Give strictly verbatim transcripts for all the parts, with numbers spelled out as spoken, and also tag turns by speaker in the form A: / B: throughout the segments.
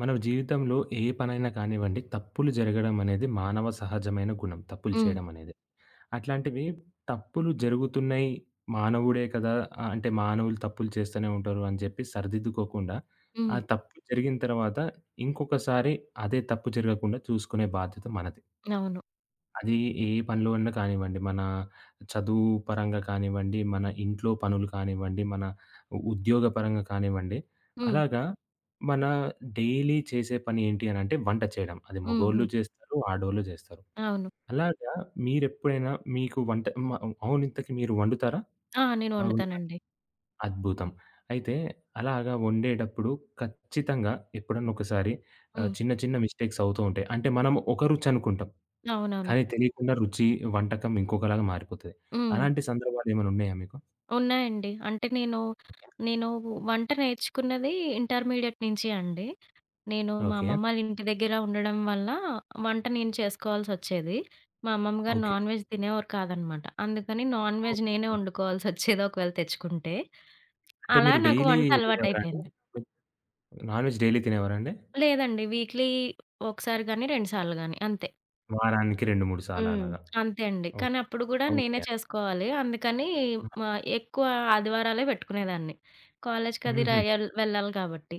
A: మన జీవితంలో ఏ పనైనా కానివ్వండి, తప్పులు జరగడం అనేది మానవ సహజమైన గుణం. తప్పులు
B: హ్మ్.
A: చేయడం అనేది. అట్లాంటివి తప్పులు జరుగుతున్నాయి. మానవుడే కదా! ఆహ్, అంటే మానవులు తప్పులు చేస్తూనే ఉంటారు అని చెప్పి సరిదిద్దుకోకుండా, ఆ
B: హ్మ్.
A: తప్పు జరిగిన తర్వాత ఇంకొకసారి అదే తప్పు జరగకుండా చూసుకునే బాధ్యత మనది.
B: అవును.
A: అది ఏ పనిలో అన్నా కానివ్వండి. మన చదువు పరంగా కానివ్వండి, మన ఇంట్లో పనులు కానివ్వండి, మన ఉద్యోగ పరంగా కానివ్వండి.
B: హ్మ్.
A: అలాగా మన డైలీ చేసే పని ఏంటి అనంటే వంట చేయడం. అది
B: హ్మ్.
A: మగోళ్ళు
B: హ్మ్.
A: చేస్తారు, ఆడోళ్ళు చేస్తారు.
B: అవును.
A: అలాగా మీరెప్పుడైనా మీకు వంట మ అవును ఇంతకి మీరు వండుతారా?
B: ఆ, నేను
A: బాగొండుతారా?
B: వండుతానండి.
A: అద్భుతం. అయితే అలాగా వండేటప్పుడు ఖచ్చితంగా ఎప్పుడన్నా ఒకసారి ఆహ్,
B: హ్మ్.
A: చిన్న చిన్న మిస్టేక్స్ అవుతూ ఉంటాయి. అంటే మనం ఒక రుచి అనుకుంటాం.
B: అవునవును.
A: కానీ తెలియకుండా రుచి, వంటకం ఇంకొకలాగా మారిపోతది.
B: హ్మ్.
A: అలాంటి సందర్భాలు ఏమైనా ఉన్నాయా మీకు?
B: ఉన్నాయండి. అంటే నేను, నేను వంట నేర్చుకున్నది ఇంటర్మీడియేట్ నుంచి అండి. నేను మా
A: ఓకే.
B: అమ్మమ్మ వాళ్ళ ఇంటి దగ్గర ఉండడం వల్ల వంట నేను చేసుకోవాల్సొచ్చేది. మా అమ్మమ్మ గారు
A: ఓకే.
B: నాన్ వెజ్ తినేవారు కాదనమాట. అందుకని నాన్ వెజ్ నేనే వండుకోవాల్సొచ్చేది ఒకవేళ తెచ్చుకుంటే.
A: అంటే
B: అలా
A: మీరు
B: నాకు
A: డైలీ
B: వంట
A: తినేవారా అండి?
B: అలవాటయిపోయింది.
A: నాన్‌వెజ్ డైలీ తినేవారా అండి?
B: లేదండి, వీక్లీ ఒకసారి గాని, రెండు సార్లు గాని అంతే.
A: వారానికి రెండు, మూడు సార్లు
B: హ్మ్.
A: అలాగా.
B: అంతే అండి.
A: ఓహ్!
B: కానీ అప్పుడు గూడా నేనే
A: ఓకే.
B: చేసుకోవాలి. అందుకని మా ఎక్కువ ఆదివారాలే పెట్టుకునేదాన్ని. కాలేజ్‌కది ర
A: హుహు.
B: ఎల్ వెళ్ళాలి కాబట్టి.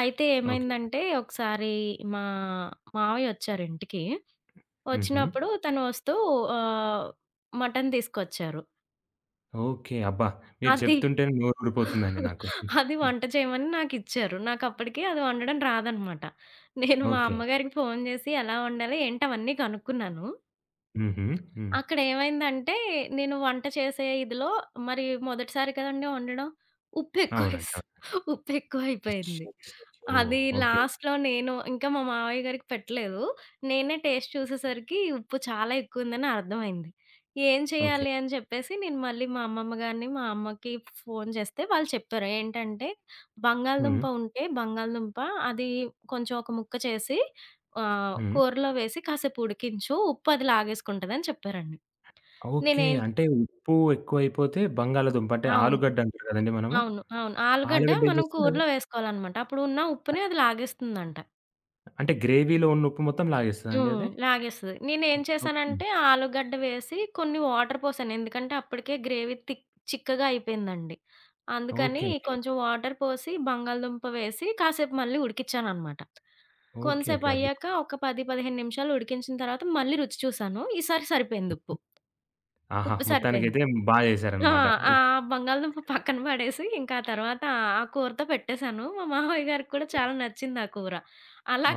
B: అయితే
A: ఓకే.
B: ఏమైందంటే ఒకసారి మా మావయ్య వచ్చారు ఇంటికి.
A: హుహు.
B: వచ్చినప్పుడు తను వస్తూ ఆహ్, మటన్ తీసుకొచ్చారు.
A: ఓకే. అబ్బా! మీరు
B: అది
A: చెప్తుంటేనే నోరూరిపోతుందండి నాకు.
B: అది వంట చేయమని నాకిచ్చారు. నాకప్పటికి అది వండడం రాదనమాట. నేను మా
A: ఓకే.
B: అమ్మగారికి ఫోను చేసి ఎలా వండాలి ఏంటి అవన్నీ కనుక్కున్నాను.
A: హుహు. హ్మ్.
B: అక్కడేమైందంటే, నేను వంట చేసే ఇదిలో మరి మొదటిసారి కదండీ వండడం.
A: అవునండి.
B: ఉప్పెక్కువేస్
A: అవును.
B: ఉప్పెక్కువైపోయింది.
A: అయ్యయ్యయ్యో!
B: అది
A: ఓకే.
B: లాస్ట్‌లో నేను ఇంకా మా మావయ్య గారికి పెట్టలేదు. నేనే టేస్ట్ చూసేసరికి ఉప్పు చాలా ఎక్కువుందని అర్థమైంది. ఏం
A: ఓకే.
B: చేయాలి అని చెప్పేసి నేను మళ్ళీ మా అమ్మమ్మ గారిని, మా అమ్మకి ఫోను చేస్తే వాళ్ళు చెప్పారు. ఏంటంటే,
A: హ్మ్.
B: బంగాళదుంప ఉంటే బంగాళదుంప అది కొంచెం ఒక ముక్క చేసి ఆహ్,
A: హ్మ్.
B: కూరలో వేసి కాసేపు ఉడికించు. ఉప్పు అది లాగేసుకుంటదని చెప్పారండి.
A: ఓకే.
B: నేనేం
A: అంటే ఉప్పు ఎక్కువైపోతే బంగాళాదుంప అంటే
B: అవును.
A: ఆలుగడ్డ అంటారు గదండీ మనము.
B: అవును. అవును. ఆలుగడ్డ
A: ఆలుగడ్డ ఏం
B: మనం
A: చేస్తే
B: కూరలో వేసుకోవాలనమాట. అప్పుడు ఉన్న ఉప్పుని అది లాగేస్తుందంట.
A: అంటే గ్రేవీలో ఉన్న ఉప్పు మొత్తం లాగేస్తదండి
B: హ్మ్,
A: అది?
B: లాగేస్తది. నేనేం
A: ఓకే.
B: చేశానంటే ఆలుగడ్డ వేసి కొన్ని వాటర్ పోసాను. ఎందుకంటే అప్పటికే గ్రేవీ థిక్ చిక్కగా అయిపోయిందండి. అందుకని
A: ఓకే. ఓకే.
B: కొంచెం వాటర్ పోసి బంగాళదుంప వేసి కాసేపు మళ్ళీ ఉడికిచ్చాననమాట.
A: ఓకే. ఓకే.
B: కొంతసేపు అయ్యాక
A: అద్భుతం.
B: ఒక పది, పదిహేను నిమిషాలు ఉడికించిన తర్వాత మళ్ళీ రుచి చూసాను. ఈసారి సరిపోయింది ఉప్పు.
A: ఆహా!
B: ఉప్పు సరిపోయింది.
A: మొత్తానికైతే బా
B: ఆ!
A: చేశారనమాట.
B: ఆ
A: ఉప్పు
B: బంగాళదుంప పక్కన పడేసి, ఇంకా తర్వాత ఆ కూరతో పెట్టేశాను. మా మామయ్య గారికి కూడా చాలా నచ్చింది ఆ కూర.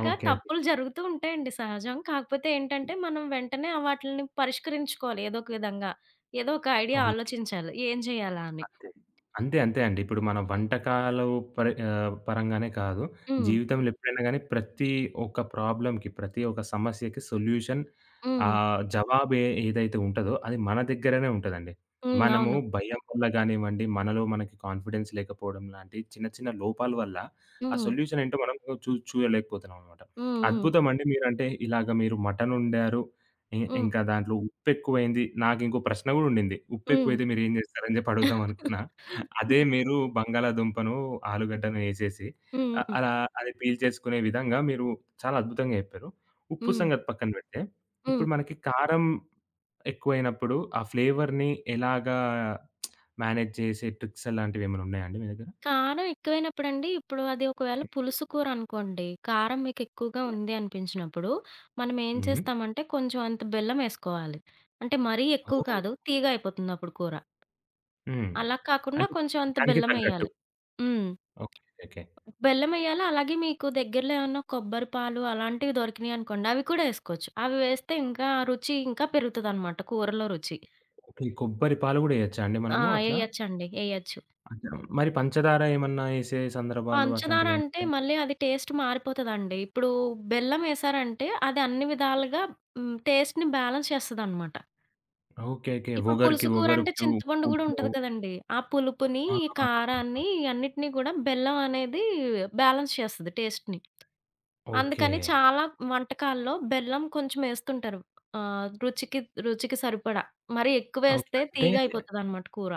A: ఓకే. ఓకే.
B: తప్పులు జరుగుతూ ఉంటాయండి సహజం. కాకపోతే ఏంటంటే, మనం వెంటనే వాటిల్ని పరిష్కరించుకోవాలి ఏదో ఒక విధంగా. ఏదో ఒక ఐడియా
A: ఓకే.
B: ఆలోచించాలి, ఏం చేయాలా అని.
A: అంతే. అంతే. అంతే అండి. ఇప్పుడు మన వంటకాలు పరి ఆహ్, పరంగానే కాదు.
B: హ్మ్.
A: జీవితంలో ఎప్పుడైనా గాని ప్రతి ఒక్క ప్రాబ్లమ్‌కి, ప్రతి ఒక్క సమస్యకి సొల్యూషన్
B: హ్మ్.
A: ఆహ్, జవాబు ఏ ఏదైతే ఉంటదో అది మన దగ్గరనే ఉంటదండి.
B: హ్మ్.
A: మనము
B: అవును.
A: భయం వల్ల గానివ్వండి, మనలో మనకి కాన్ఫిడెన్స్ లేకపోవడం లాంటి చిన్న చిన్న లోపాల వల్ల ఆ
B: హ్మ్.
A: సొల్యూషన్ ఏంటో మనం చూ చూడలేకపోతున్నామనమాట.
B: హ్మ్. హ్మ్.
A: అద్భుతం అండి మీరంటే ఇలాగ మీరు మటన్ వండారు ఇ
B: హ్మ్.
A: ఇంకా దాంట్లో ఉప్పెక్కువైంది. నాకింకో ప్రశ్న గూడా ఉండింది.
B: హ్మ్.
A: ఉప్పెక్కువైతే మీరేం జేస్తారని జెప్పి అడుగుదాం అనుకున్నా. అదే
B: హ్మ్.
A: మీరు బంగాళాదుంపను, ఆలుగడ్డను యేసేసి
B: హ్మ్.
A: అ
B: హ్మ్.
A: అలా అది పీల్ చేసుకునే విధంగా మీరు చాలా అద్భుతంగా జెప్పారు. ఉప్పు
B: హ్మ్.
A: సంగతి పక్కన బెడితే,
B: హ్మ్.
A: ఇప్పుడు మనకి కారం ఎక్కువైనప్పుడు ఆ ఫ్లేవర్‌ని ఎలాగా మేనేజ్ చేసే ట్రిక్స్ అలాంటివేమైనా ఉన్నాయా అండి మీ దగ్గర?
B: కారం ఎక్కువైనప్పుడండి, ఇప్పుడు అది ఒకవేళ పులుసు కూరనుకోండి, కారం మీకెక్కువగా ఉంది అనిపించినప్పుడు, మనం ఏం
A: హ్మ్.
B: చేస్తామంటే, కొంచెం అంత బెల్లమేసుకోవాలి. అంటే మరీ ఎక్కువ
A: ఓహ్!
B: కాదు, తీగయిపోతుంది అప్పుడు కూర.
A: హ్మ్.
B: అలా కాకుండా
A: అంటే
B: కొంచెం అంత
A: దానికి తగ్గట్టు.
B: బెల్లమెయ్యాలి. హ్మ్.
A: ఓకే. ఓకే.
B: బెల్లమెయ్యాలి. అలాగే మీకు దగ్గరలో ఏమన్నా కొబ్బరి పాలు అలాంటివి దొరికినియనుకోండి, అవి కూడా యేసుకోవచ్చు. అవి వేస్తే ఇంకా రుచి ఇంకా పెరుగుతదనమాట, కూరలో రుచి.
A: ఓకే. కొబ్బరి పాలు గూడా ఎయచ్చా అండి
B: ఆ,
A: మనము అట్లా?
B: ఎయచ్చండి. ఎయచ్చు.
A: అంటే మరి పంచదార ఏమన్నా ఏసే సందర్భాలు
B: పంచదార అంటే
A: అట్లాంటివేముంటాయి?
B: మళ్ళీ అది టేస్ట్ మారిపోతదండి. ఇప్పుడు బెల్లం ఏసారంటే అది అన్ని విధాలుగా హ్మ్, టేస్ట్‌ని బ్యాలెన్స్ చేస్తదనమాట.
A: ఓకే. ఓకే.
B: ఇప్పుడు
A: ఒగరికి
B: పులుసు కూర
A: ఒగరు
B: అంటే
A: క్యూ
B: చింతపండు గూడా
A: కుకో
B: ఉంటది కదండీ! ఆ పులుపుని,
A: ఆ!
B: ఈ కారాన్ని, ఈ అన్నిటిని గూడా బెల్లం అనేది బ్యాలెన్స్ చేస్తది టేస్ట్‌ని.
A: ఓకే.
B: అందుకని చాలా వంటకాల్లో బెల్లం కొంచెం ఏస్తుంటారు. ఆహ్, రుచికి రుచికి సరిపడా. మరి
A: ఓకే.
B: ఎక్కువేస్తే
A: అంటే,
B: తీయగా అయిపోతదనమాట కూర.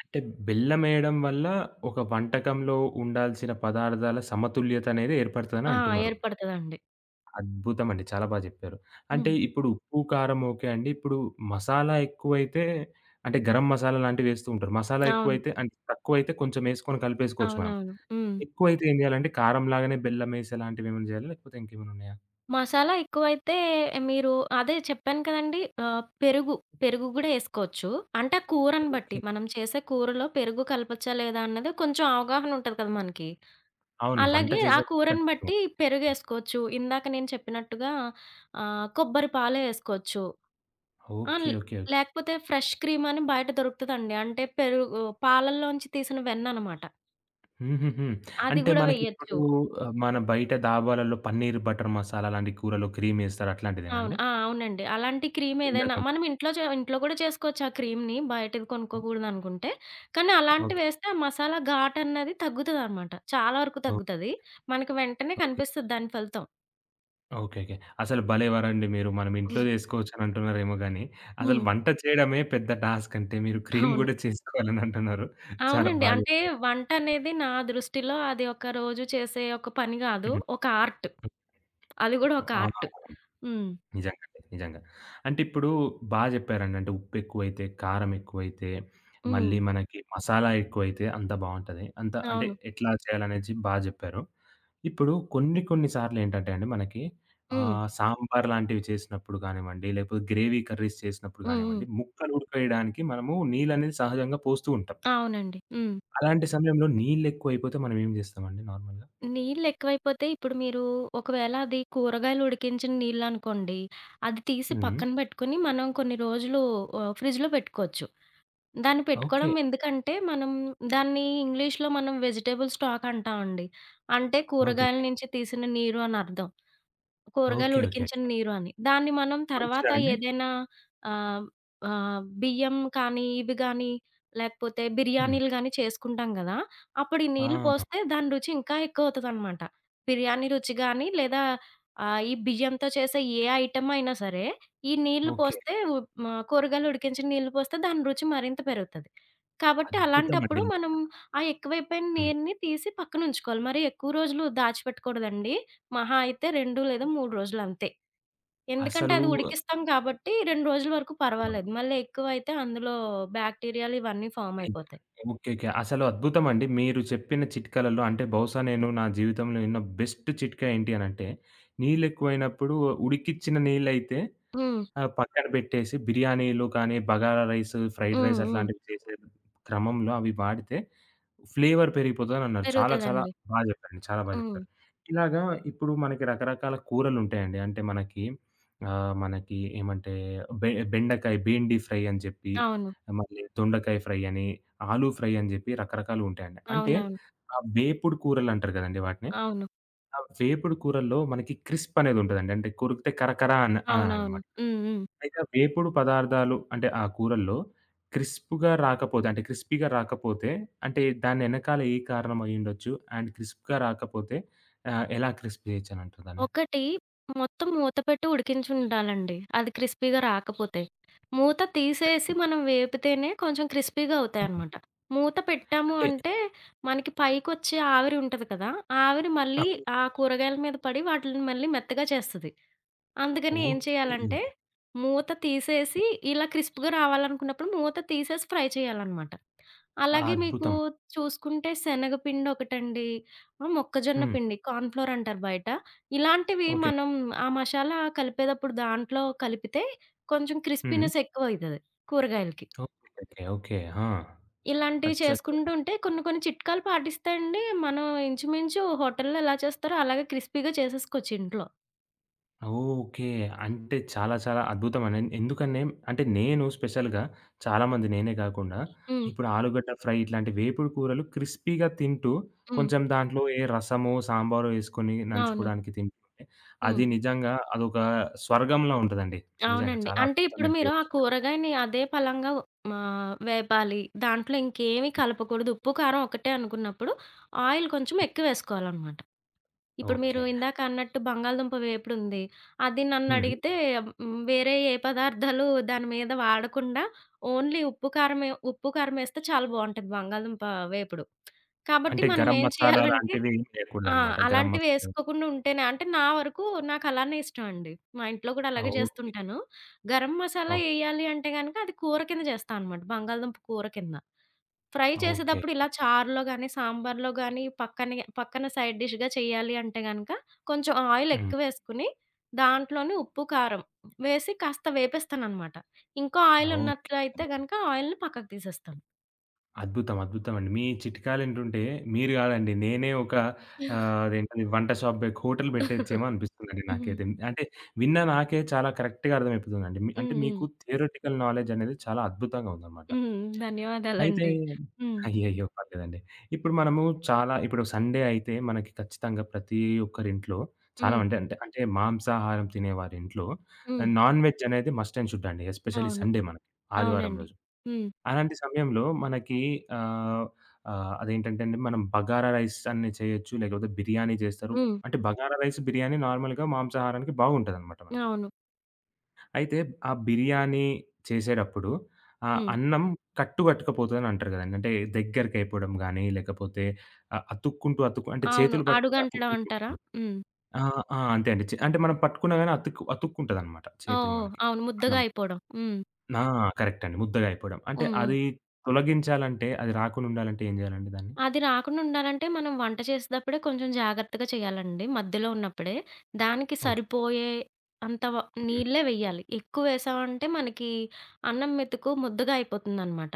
A: అంటే బెల్లమేయడం వల్ల ఒక వంటకంలో ఉండాల్సిన పదార్థాల సమతుల్యతనేది ఏర్పడతదని
B: ఆ,
A: అంటున్నారు.
B: ఏర్పడతదండి.
A: అద్భుతమండి. చాలా బా జెప్పారు. అంటే
B: హ్మ్.
A: ఇప్పుడు ఉప్పు, కారం ఓకే అండి. ఇప్పుడు మసాలా ఎక్కువైతే అంటే గరం మసాలా లాంటివేస్తూ ఉంటారు. మసాలా
B: అవును.
A: ఎక్కువైతే అంటే తక్కువైతే కొంచెమేసుకొని కలిపేసుకోవచ్చు మనం.
B: అవునవును. హ్మ్.
A: ఎక్కువైతే ఏం జేయాలంటే కారం లాగానే బెల్లమేసి అలాంటివేమైనా జేయాలా? లేకపోతే ఇంకేమైనా ఉన్నాయా?
B: మసాలా ఎక్కువైతే మీరు అదే చెప్పాను కదండీ! ఆహ్, పెరుగు, పెరుగు గూడా యేసుకోవచ్చు. అంటే కూరని బట్టి
A: ఓకే.
B: మనం చేసే కూరలో పెరుగు కలపచ్చా లేదా అన్నది కొంచెం అవగాహన ఉంటది కదా మనకి.
A: అవును. వంట
B: అలాగే ఆ
A: చేసేప్పుడు
B: కూరని
A: ఖచ్చితంగా.
B: బట్టి
A: ఉంటుంది.
B: పెరుగేసుకోవచ్చు. ఇందాక నేను చెప్పినట్టుగా ఆహ్, కొబ్బరి పాలు యేసుకోవచ్చు. ఆహ్,
A: ఓకే. ఓకే. ఓకే.
B: లేకపోతే ఫ్రెష్ క్రీమ్ అని బయట దొరుకుతదండి. అంటే పెరుగు పాలల్లోంచి తీసిన వెన్ననమాట.
A: హుహుహు.
B: అది
A: అంటే
B: గూడా
A: మనకిప్పుడు
B: వేయొచ్చు.
A: ఆహ్, మన బయట దాబాలలో పన్నీర్ బటర్ మసాలా లాంటి కూరలో క్రీమేస్తారు అట్లాంటిదేనా
B: అవును.
A: అండి?
B: ఆ, అవునండి. అలాంటి క్రీమ్ ఏదైనా
A: తెల్లగుం
B: మనం ఇంట్లో చే ఇంట్లో కూడా చేసుకోవచ్చు ఆ క్రీమ్‌ని బయటది కొనుక్కోకూడదనుకుంటే. కానీ
A: ఓకే. ఓకే.
B: అలాంటివేస్తే ఆ మసాలా ఘాటన్నది తగ్గుతదనమాట, చాలా వరకు తగ్గుతది. మనకి వెంటనే
A: ఓకే.
B: కనిపిస్తది దాని ఫలితం.
A: ఓకే. ఓకే. అసలు భలేవారండి మీరు. మనం ఇంట్లో జేసుకోవచ్చని అంటున్నారేమో గానీ, అసలు
B: హ్మ్.
A: వంట చేయడమే పెద్ద టాస్క్ అంటే మీరు క్రీమ్
B: అవును.
A: గూడా చేసుకోవాలని అంటున్నారు. చాలా
B: అవునండి.
A: బా
B: అంటే
A: జెప్పారు.
B: వంటనేది నా దృష్టిలో అది ఒక రోజు చేసే ఒక పని గాదు,
A: హ్మ్. హ్మ్.
B: ఒక ఆర్ట్. అది గూడా ఒక
A: ఆ!
B: ఆర్ట్. హ్మ్.
A: నిజంగా అండి. నిజంగా. అంటే ఇప్పుడు బా జెప్పారండి. అంటే ఉప్పెక్కువైతే, కారం ఎక్కువైతే,
B: హ్మ్.
A: మళ్ళీ మనకి మసాలా ఎక్కువైతే అంత బావుంటది. అంత అంటే
B: అవును.
A: ఎట్లా చేయాలనేది బా జెప్పారు. ఇప్పుడు కొన్ని కొన్ని సార్లేంటంటే అండి మనకి
B: హ్మ్.
A: ఆహ్, సాంబార్ లాంటివి చేసినప్పుడు కానివ్వండి, లేకపోతే గ్రేవీ కర్రీస్ చేసినప్పుడు
B: హ్మ్. హ్మ్.
A: కానివ్వండి, ముక్కలు ఉడకవేయడానికి మనము నీళ్ళనేది సహజంగా పోస్తూ ఉంటాం.
B: అవునండి. హ్మ్.
A: అలాంటి సమయంలో నీళ్ళెక్కువైపోతే మనం ఏం జేస్తామండి నార్మల్‌గా?
B: నీళ్ళెక్కువైపోతే ఇప్పుడు మీరు ఒకవేళ అది కూరగాయలు ఉడికించిన నీళ్ళనుకోండి, అది తీసి
A: హ్మ్.
B: పక్కన బెట్టుకొని మనం కొన్ని రోజులు ఆహ్, ఫ్రిడ్జ్‌లో పెట్టుకోవచ్చు. దాన్ని
A: ఓకే.
B: పెట్టుకోవడం ఎందుకంటే, మనం దాన్ని ఇంగ్లీష్‌లో మనం వెజిటబుల్ స్టాక్ అంటామండి. అంటే
A: ఓకే.
B: కూరగాయల నుంచి తీసిన నీరు అనర్థం. కూరగాయలు
A: ఓకే. ఓకే.
B: ఉడికించిన నీరు అని. దాన్ని మనం
A: మంచిదా
B: తర్వాత
A: అండి?
B: ఏదైనా ఆహ్, ఆహ్, బియ్యం కానీ, ఇవి గానీ, లేకపోతే
A: హ్మ్.
B: బిర్యానీలు గానీ చేసుకుంటాం గదా! అప్పుడు ఈ నీళ్లు
A: ఆ!
B: పోస్తే దాని రుచి ఇంకా ఎక్కువవుతదనమాట. బిర్యానీ రుచి గానీ, లేదా ఆహ్, ఈ బియ్యంతో చేసే ఏ ఐటెమ్ అయినా సరే, ఈ నీళ్లు
A: ఓకే.
B: పోస్తే ఉ ఆహ్, కూరగాయలు ఉడికించిన నీళ్లు పోస్తే దాని రుచి మరింత పెరుగుతది. కాబట్టి అలాంటప్పుడు
A: అద్భుతమండి.
B: మనం ఆ ఎక్కువైపోయిన
A: హ్మ్.
B: నీరుని తీసి పక్కనుంచుకోవాలి. మరి ఎక్కువ రోజులు దాచిపెట్టకూడదండి. మహా అయితే రెండు లేదా మూడు రోజులు అంతే. ఎందుకంటే
A: అసలు
B: అది ఉడికిస్తాం కాబట్టి రెండు రోజుల వరకు పర్వాలేదు. మళ్ళీ ఎక్కువైతే అందులో బ్యాక్టీరియాలు ఇవన్నీ ఫార్మ్ అయిపోతాయి.
A: ఓకే. ఓకే. అసలు అద్భుతమండి. మీరు చెప్పిన చిట్కాలలో అంటే బహుశా నేను నా జీవితంలో విన్న బెస్ట్ చిట్కా ఏంటి అనంటే, నీళ్ళెక్కువైనప్పుడు ఉడికిచ్చిన నీళ్ళైతే
B: హ్మ్.
A: ఆహ్, పక్కన పెట్టేసి బిర్యానీలు కానీ, బగారా రైస్, ఫ్రైడ్
B: హ్మ్.
A: రైస్
B: హ్మ్.
A: అట్లాంటివి చేసే క్రమంలో అవి వాడితే ఫ్లేవర్ పెరిగిపోతదనన్నారు. చాలా చాలా
B: పెరుగుతదండి.
A: బా జెప్పారండి. చాలా బా
B: హ్మ్.
A: జెప్పారు. ఇలాగా ఇప్పుడు మనకి రకరకాల కూరలుంటాయండి. అంటే మనకి ఆహ్, మనకి ఏమంటే బె బెండకాయ, బెండి ఫ్రై అని జెప్పి,
B: అవును.
A: మళ్ళీ దొండకాయ ఫ్రై అని, ఆలు ఫ్రై అని జెప్పి రకరకాలుంటాయండి. అంటే
B: అవునవును.
A: ఆ వేపుడు కూరలంటారు గదండీ వాటిని.
B: అవును.
A: ఆ వేపుడు కూరల్లో మనకి క్రిస్ప్ అనేదుంటదండి. అంటే కొరికితే కరకర అన్
B: అవునవును.
A: అనాలనమాట.
B: హ్మ్. హ్మ్.
A: అయితే వేపుడు పదార్థాలు అంటే ఆ కూరల్లో క్రిస్ప్‌గా రాకపోతే అంటే క్రిస్పీగా రాకపోతే అంటే దాని ఎనకాల ఏ కారణం అయ్యుండొచ్చు? అండ్ క్రిస్ప్‌గా రాకపోతే ఆహ్, ఎలా క్రిస్ప్ చేయొచ్చనంటారు దాన్ని?
B: ఒకటి, మొత్తం మూత పెట్టి ఉడికించుండాలండి, అది క్రిస్పీగా రాకపోతే. మూత తీసేసి మనం వేపితేనే కొంచెం క్రిస్పీగా
A: హ్మ్.
B: అవుతాయనమాట. మూత పెట్టాము
A: అంటే
B: అంటే మనకి పైకొచ్చే ఆవిరి ఉంటది కదా! ఆవిరి
A: ఆ!
B: మళ్ళీ ఆ కూరగాయల మీద పడి వాటిలిని మళ్ళీ మెత్తగా చేస్తది. అందుకని ఏం
A: ఓకే.
B: చేయాలంటే మూత తీసేసి ఇలా క్రిస్ప్‌గా రావాలనుకున్నప్పుడు మూత తీసేసి ఫ్రై చేయాలనమాట. అలాగే మీకు
A: అద్భుతం.
B: చూసుకుంటే శనగపిండి ఒకటండి, ఆహ్, మొక్కజొన్న
A: హ్మ్.
B: పిండి, కార్న్‌ఫ్లోర్ అంటారు బయట. ఇలాంటివి
A: ఓకే.
B: మనం ఆ మసాలా కలిపేటప్పుడు దాంట్లో కలిపితే కొంచెం
A: హ్మ్.
B: క్రిస్పీనెస్ ఎక్కువైతది కూరగాయలకి.
A: ఓకే. ఓకే. ఓకే. ఆ!
B: ఇలాంటివి చేసుకుంటూ
A: అచ్చచ్చ!
B: ఉంటే కొన్ని కొన్ని చిట్కాలు పాటిస్తే అండి మనం ఇంచుమించు హోటల్‌లో ఎలా చేస్తారో అలాగే క్రిస్పీగా చేసేసుకోవచ్చు ఇంట్లో.
A: ఓకే. అంటే చాలా చాలా అద్భుతమనే ఎందుకనే అంటే నేను స్పెషల్‌గా చాలామంది నేనే కాకుండా
B: హ్మ్.
A: ఇప్పుడు ఆలుగడ్డ ఫ్రై ఇట్లాంటి వేపుడు కూరలు క్రిస్పీ‌గా తింటూ
B: హ్మ్.
A: కొంచెం దాంట్లో ఏ రసమో, సాంబారో ఏసుకొని
B: అవును.
A: నంచుకోవడానికి తింటుంటే
B: హ్మ్.
A: అది నిజంగా అదొక స్వర్గంలా ఉంటదండి. నిజంగా
B: అవునండి.
A: చాలా
B: అంటే ఇప్పుడు
A: అద్భుతమైన
B: మీరు ఆ
A: టేస్ట్ ఉంటది.
B: కూరగాయని అదే పలంగా ఆహ్, వేపాలి. దాంట్లో ఇంకేమి కలపకూడదు. ఉప్పు, కారం ఒకటే అనుకున్నప్పుడు ఆయిల్ కొంచెం ఎక్కువేసుకోవాలనమాట. ఇప్పుడు మీరు
A: ఓకే.
B: ఇందాక అన్నట్టు బంగాళదుంప వేపుడుంది. అది
A: హ్మ్.
B: నన్నడిగితే హ్మ్, వేరే ఏ పదార్థాలు దాని మీద వాడకుండా ఓన్లీ ఉప్పు, కారమే ఉప్పు, కారమేస్తే చాలా బావుంటది బంగాళదుంప వేపుడు. కాబట్టి
A: అంటే గరం
B: మనమేం
A: మసాలా
B: చేయాలంటే
A: లాంటివి ఏమి
B: ఆ,
A: లేకూడదనమాట. గరం
B: అలాంటివి
A: మసాలా
B: ఏసుకోకుండా ఉంటేనే అంటే నా వరకు నాకలానే ఇష్టం అండి. మా ఇంట్లో కూడా అలాగే
A: ఓకే.
B: చేస్తుంటాను. గరం మసాలా
A: ఓహ్!
B: ఎయ్యాలి అంటే గనక అది కూర కింద చేస్తా అనమాట. బంగాళదుంప కూర కింద. Fry
A: okay.
B: చేసేటప్పుడు ఇలా చారులో గాని, సాంబార్‌లో గాని పక్కనే పక్కన సైడ్ డిష్‌గా చేయాలి అంటే గనక కొంచెం ఆయిల్
A: హ్మ్.
B: ఎక్కువేసుకొని దాంట్లోనే ఉప్పు, కారం వేసి కాస్త వేపేస్తాననమాట. ఇంకో ఆయిల్
A: ఓకే.
B: ఉన్నట్లయితే గనక ఆయిల్‌ని పక్కకు తీసేస్తాను.
A: అద్భుతం. అద్భుతమండి. మీ చిట్కాలింటుంటే మీరు గాదండి. నేనే ఒక ఆహ్, అదేంటది వంట షాప్ బె హోటల్ బెట్టొచ్చేమో అనిపిస్తుందండి
B: హ్మ్.
A: నాకైతే. అంటే విన్న నాకే చాలా కరెక్ట్‌గా అర్థమైపోతుందండి. మీ
B: హ్మ్.
A: అంటే మీకు
B: హ్మ్.
A: థియరిటికల్ నాలెడ్జ్ అనేది చాలా అద్భుతంగా ఉందన్నమాట.
B: హ్మ్.
A: అయితే
B: ధన్యవాదాలండి. హ్మ్.
A: అయ్యయ్యో! పర్లేదండి. ఇప్పుడు మనము చాలా ఇప్పుడు సండే అయితే మనకి ఖచ్చితంగా ప్రతి ఒక్కరింట్లో చాలా
B: హ్మ్.
A: అంటే అంటే అంటే మాంసాహారం తినేవారింట్లో
B: హ్మ్.
A: ఆహ్, నాన్ వెజ్ అనేది మస్ట్ అండ్ షుడ్ అండి. ఎస్పెషల్లీ
B: అవును.
A: సండే మనకి ఆదివారం
B: అవునండి.
A: రోజు.
B: హ్మ్.
A: అలాంటి సమయంలో మనకి ఆహ్, ఆహ్, అదేంటంటే అండి మనం బగారా రైస్ అని చేయొచ్చు. లేకపోతే బిర్యానీ చేస్తారు.
B: హ్మ్.
A: అంటే బగారా రైస్, బిర్యానీ నార్మల్‌గా మాంసాహారానికి బాగుంటదనమాట మనకి.
B: అవును.
A: అయితే ఆ బిర్యానీ చేసేటప్పుడు ఆహ్,
B: హ్మ్.
A: అన్నం కట్టు కట్టుకపోతదని అంటారు కదండీ. అంటే దగ్గరికయిపోవడం గానీ, లేకపోతే ఆహ్, అతుక్కుంటూ అతుక్కు అంటే
B: అవును,
A: చేతులు పట్టుకుంటే
B: అడుగంటడం
A: అతుక్కుంటూ
B: అంటారా?
A: ఉంటుంది.
B: హ్మ్.
A: ఆ! ఆ! అంతే అండి. చే అంటే మనం పట్టుకున్నా గాని అతుక్కు అతుక్కుంటదనమాట
B: ఓహ్!
A: చేతులు
B: ఓహ్!
A: మనకి.
B: అవును, ముద్దగా
A: అన్నం.
B: అయిపోవడం. హ్మ్.
A: ఆ! కరెక్ట్ అండి. ముద్దగా అయిపోవడం. అంటే
B: హ్మ్. హ్మ్.
A: అది తొలగించాలంటే అది రాకుండా ఉండాలంటే ఏం చేయాలండి దాన్ని?
B: అది రాకుండా ఉండాలంటే మనం వంట చేసేటప్పుడే కొంచెం జాగ్రత్తగా చేయాలండి, మధ్యలో ఉన్నప్పుడే. దానికి
A: ఓకే.
B: సరిపోయే అంత వ
A: హ్మ్.
B: నీళ్ళే వెయ్యాలి. ఎక్కువ వేసామంటే మనకి అన్నం మెతుకు ముద్దగా అయిపోతుందనమాట.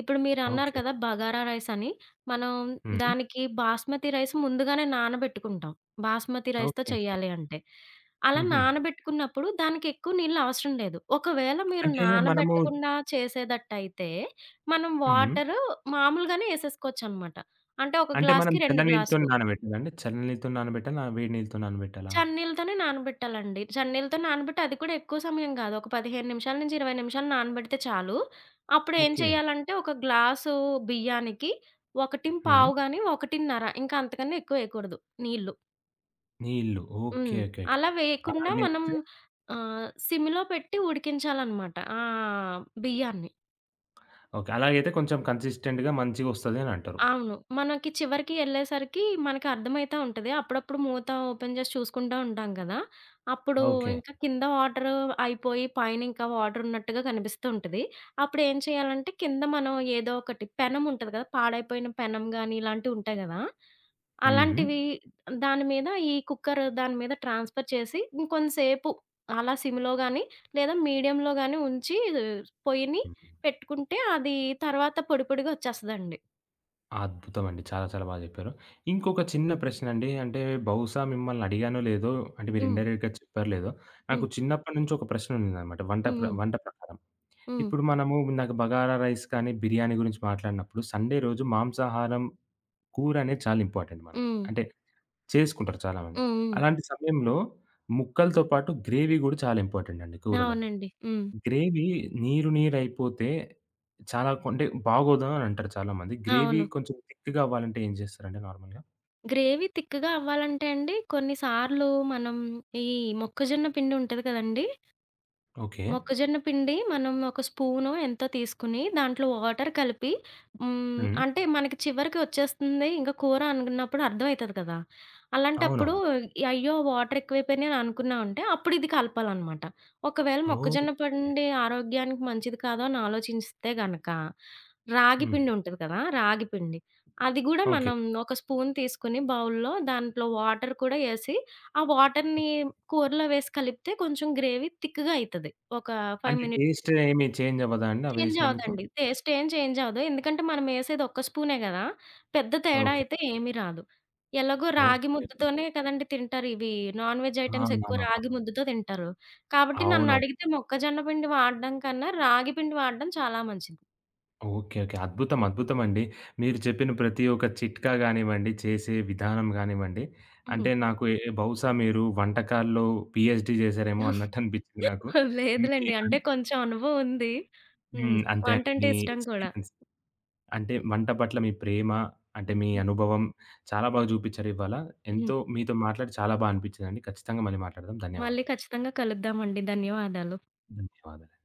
B: ఇప్పుడు మీరన్నారు
A: ఓకే.
B: కదా, బగారా రైస్ అని. మనం
A: హ్మ్.
B: దానికి బాస్మతి రైస్ ముందుగానే నానబెట్టుకుంటాం, బాస్మతి రైస్‌తో
A: ఓకే. ఓకే.
B: చేయాలి అంటే. అలా
A: హుహు.
B: నానబెట్టుకున్నప్పుడు దానికి ఎక్కువ నీళ్ళు అవసరం లేదు. ఒకవేళ మీరు
A: అంటే మనము
B: నానబెట్టకుండా చేసేదట్టయితే మనం
A: హ్మ్.
B: వాటరు మామూలుగానే ఏసేసుకోవచ్చనమాట. అంటే ఒక
A: అంటే మనం
B: గ్లాస్‌కి
A: చల్ల
B: రెండు
A: నీళ్ళతోని
B: గ్లాసులు.
A: నానబెట్టాలండి? చల్ల నీళ్ళతోని నానబెట్టాలా? వేడి నీళ్ళతో నానబెట్టాలా?
B: చన్నీళ్ళతోనే నానబెట్టాలండి. చన్నీళ్ళతో నానబెట్టి, అది కూడా ఎక్కువ సమయం గాదు, ఒక పదిహేను నిమిషాల నుంచి ఇరవై నిమిషాలు నానబెడితే చాలు. అప్పుడు ఏం
A: ఓకే.
B: చేయాలంటే ఒక గ్లాసు బియ్యానికి ఒకటి
A: హ్మ్.
B: అర గాని ఒకటిన్నర, ఇంకా అంతకన్నా ఎక్కువ వేయకూడదు నీళ్ళు.
A: నీళ్ళు. ఓకే.
B: హ్మ్.
A: ఓకే. ఓకే.
B: అలా వేయకుండా మనం
A: అలాగైతే
B: ఆహ్, సిమ్‌లో పెట్టి ఉడికించాలనమాట ఆ బియ్యాన్ని.
A: ఓకే. అలాగైతే కొంచెం కన్సిస్టెంట్‌గా మంచిగొస్తది అని అంటారు.
B: అవును. మనకి చివరికి ఎళ్ళేసరికి మనకి అర్థమైతా ఉంటది. అప్పుడప్పుడు మూత ఓపెన్ చేసి చూసుకుంటా ఉంటాం కదా! అప్పుడు
A: ఓకే.
B: ఇంకా కింద వాటరు అయిపోయి పైన ఇంకా వాటర్ ఉన్నట్టుగా కనిపిస్తూ ఉంటది. అప్పుడు ఏం చేయాలంటే కింద మనం ఏదో ఒకటి, పెనం ఉంటది కదా, పాడైపోయిన పెనం గాని ఇలాంటివి ఉంటాయి కదా,
A: హ్మ్.
B: అలాంటివి దాని మీద ఈ కుక్కర్ దాని మీద ట్రాన్స్‌ఫర్ చేసి ఇంకొంతసేపు అలా సిమ్‌లో గాని లేదా మీడియంలో గాని ఉంచి పొయ్యిని
A: హ్మ్.
B: పెట్టుకుంటే అది తర్వాత పొడి పొడిగా వచ్చేస్తదండి.
A: అద్భుతమండి. చాలా చాలా బా జెప్పారు. ఇంకొక చిన్న ప్రశ్నండి. అంటే బహుశా మిమ్మల్ని అడిగానో లేదో అంటే మీరు
B: హ్మ్.
A: ఇండైరెక్ట్‌గా చెప్పారో లేదో, నాకు
B: హ్మ్.
A: చిన్నప్పటి నుంచి ఒక ప్రశ్న ఉండిందనమాట వంట
B: హ్మ్.
A: ప్ర
B: హ్మ్.
A: వంట ప్రకారం.
B: హ్మ్.
A: ఇప్పుడు మనము ఇందాక బగారా రైస్ కానీ, బిర్యానీ గురించి మాట్లాడినప్పుడు సండే రోజు మాంసాహారం, కూర అనేది చాలా ఇంపార్టెంట్ మనకి.
B: హ్మ్.
A: అంటే చేసుకుంటారు చాలామంది.
B: హ్మ్.
A: అలాంటి సమయంలో ముక్కలతో పాటు గ్రేవీ గూడా చాలా ఇంపార్టెంట్ అండి కూరలో.
B: అవునండి. హ్మ్.
A: గ్రేవీ నీరు నీరైపోతే చాలా కొ అంటే బాగోదు అని అంటారు చాలామంది. గ్రేవీ
B: అవును.
A: కొంచెం థిక్‌గా అవ్వాలంటే ఏం చేస్తారండి నార్మల్‌గా?
B: గ్రేవీ తిక్కగా అవ్వాలంటే అండి, కొన్ని సార్లు మనం ఈ మొక్కజొన్న పిండి ఉంటది కదండీ!
A: ఓకే.
B: మొక్కజొన్న పిండి మనం ఒక స్పూనో ఎంతో తీసుకుని, దాంట్లో వాటర్ కలిపి హ్మ్,
A: హ్మ్.
B: అంటే మనకి చివరికి వచ్చేస్తుంది ఇంక కూర అనుకున్నప్పుడు అర్థమైతది కదా! అలాంటప్పుడు
A: అవునవును.
B: ఈ అయ్యో, వాటర్ ఎక్కువైపోయినాయి అని అనుకున్నామంటే అప్పుడు ఇది కలపాలనమాట. ఒకవేళ మొక్కజొన్న
A: ఓకే.
B: పిండి ఆరోగ్యానికి మంచిది కాదో అని ఆలోచిస్తే గనక, రాగి
A: హ్మ్.
B: పిండి ఉంటది కదా, రాగి పిండి. అది గూడా
A: ఓకే.
B: మనం ఒక స్పూన్ తీసుకొని బౌల్‌లో దాంట్లో వాటర్ కూడా ఏసి ఆ వాటర్‌ని కూరలో వేసి కలిపితే కొంచెం గ్రేవీ థిక్‌గా అయితది. ఒక ఐదు
A: అంటే
B: మినిట్స్.
A: టేస్ట్ ఏమి చేంజ్ అవ్వదా అండి
B: చేంజ్
A: అవేసినందుకు?
B: అవ్వదండి. టేస్ట్ ఏం చేంజ్ అవ్వదు. ఎందుకంటే మనం ఏసేది ఒక్క స్పూనే గదా, పెద్ద తేడా
A: ఓకే.
B: అయితే ఏమీ రాదు. ఎలాగో రాగి
A: ఓకే.
B: ముద్దతోనే కదండీ తింటారు ఇవి. నాన్ వెజ్
A: ఆ!
B: ఐటెమ్స్ ఎక్కువ రాగి ముద్దతో తింటారు. కాబట్టి
A: అవునవును.
B: నన్నడిగితే మొక్కజొన్న పిండి వాడడం కన్నా రాగి పిండి వాడడం చాలా మంచిది.
A: ఓకే. ఓకే. అద్భుతం. అద్భుతమండి. మీరు చెప్పిన ప్రతి ఒక్క చిట్కా గానివ్వండి, చేసే విధానం గానివ్వండి,
B: హ్మ్.
A: అంటే నాకు ఎ బహుశా మీరు వంటకాల్లో పీహెచ్ డీ చేశారేమో అన్నట్టు అనిపించింది నాకు. మీ
B: లేదులెండి.
A: అన్
B: అంటే కొంచెం అనుభవం ఉంది. హ్మ్.
A: హ్మ్. అంతే అండి.
B: వంటంటే
A: మీ
B: ఇష్టం కూడా.
A: ఎక్స్‌పీరియన్స్ అంటే వంట పట్ల మీ ప్రేమ, అంటే మీ అనుభవం చాలా బాగా చూపించారు ఇవాళ.
B: హ్మ్.
A: ఎంతో మీతో మాట్లాడి చాలా బా అనిపించిందండి. ఖచ్చితంగా మళ్ళీ మాట్లాడదాం.
B: మళ్ళీ
A: ధన్యవాదాలు.
B: ఖచ్చితంగా కలుద్దామండి. ధన్యవాదాలు.
A: ధన్యవాదాలు.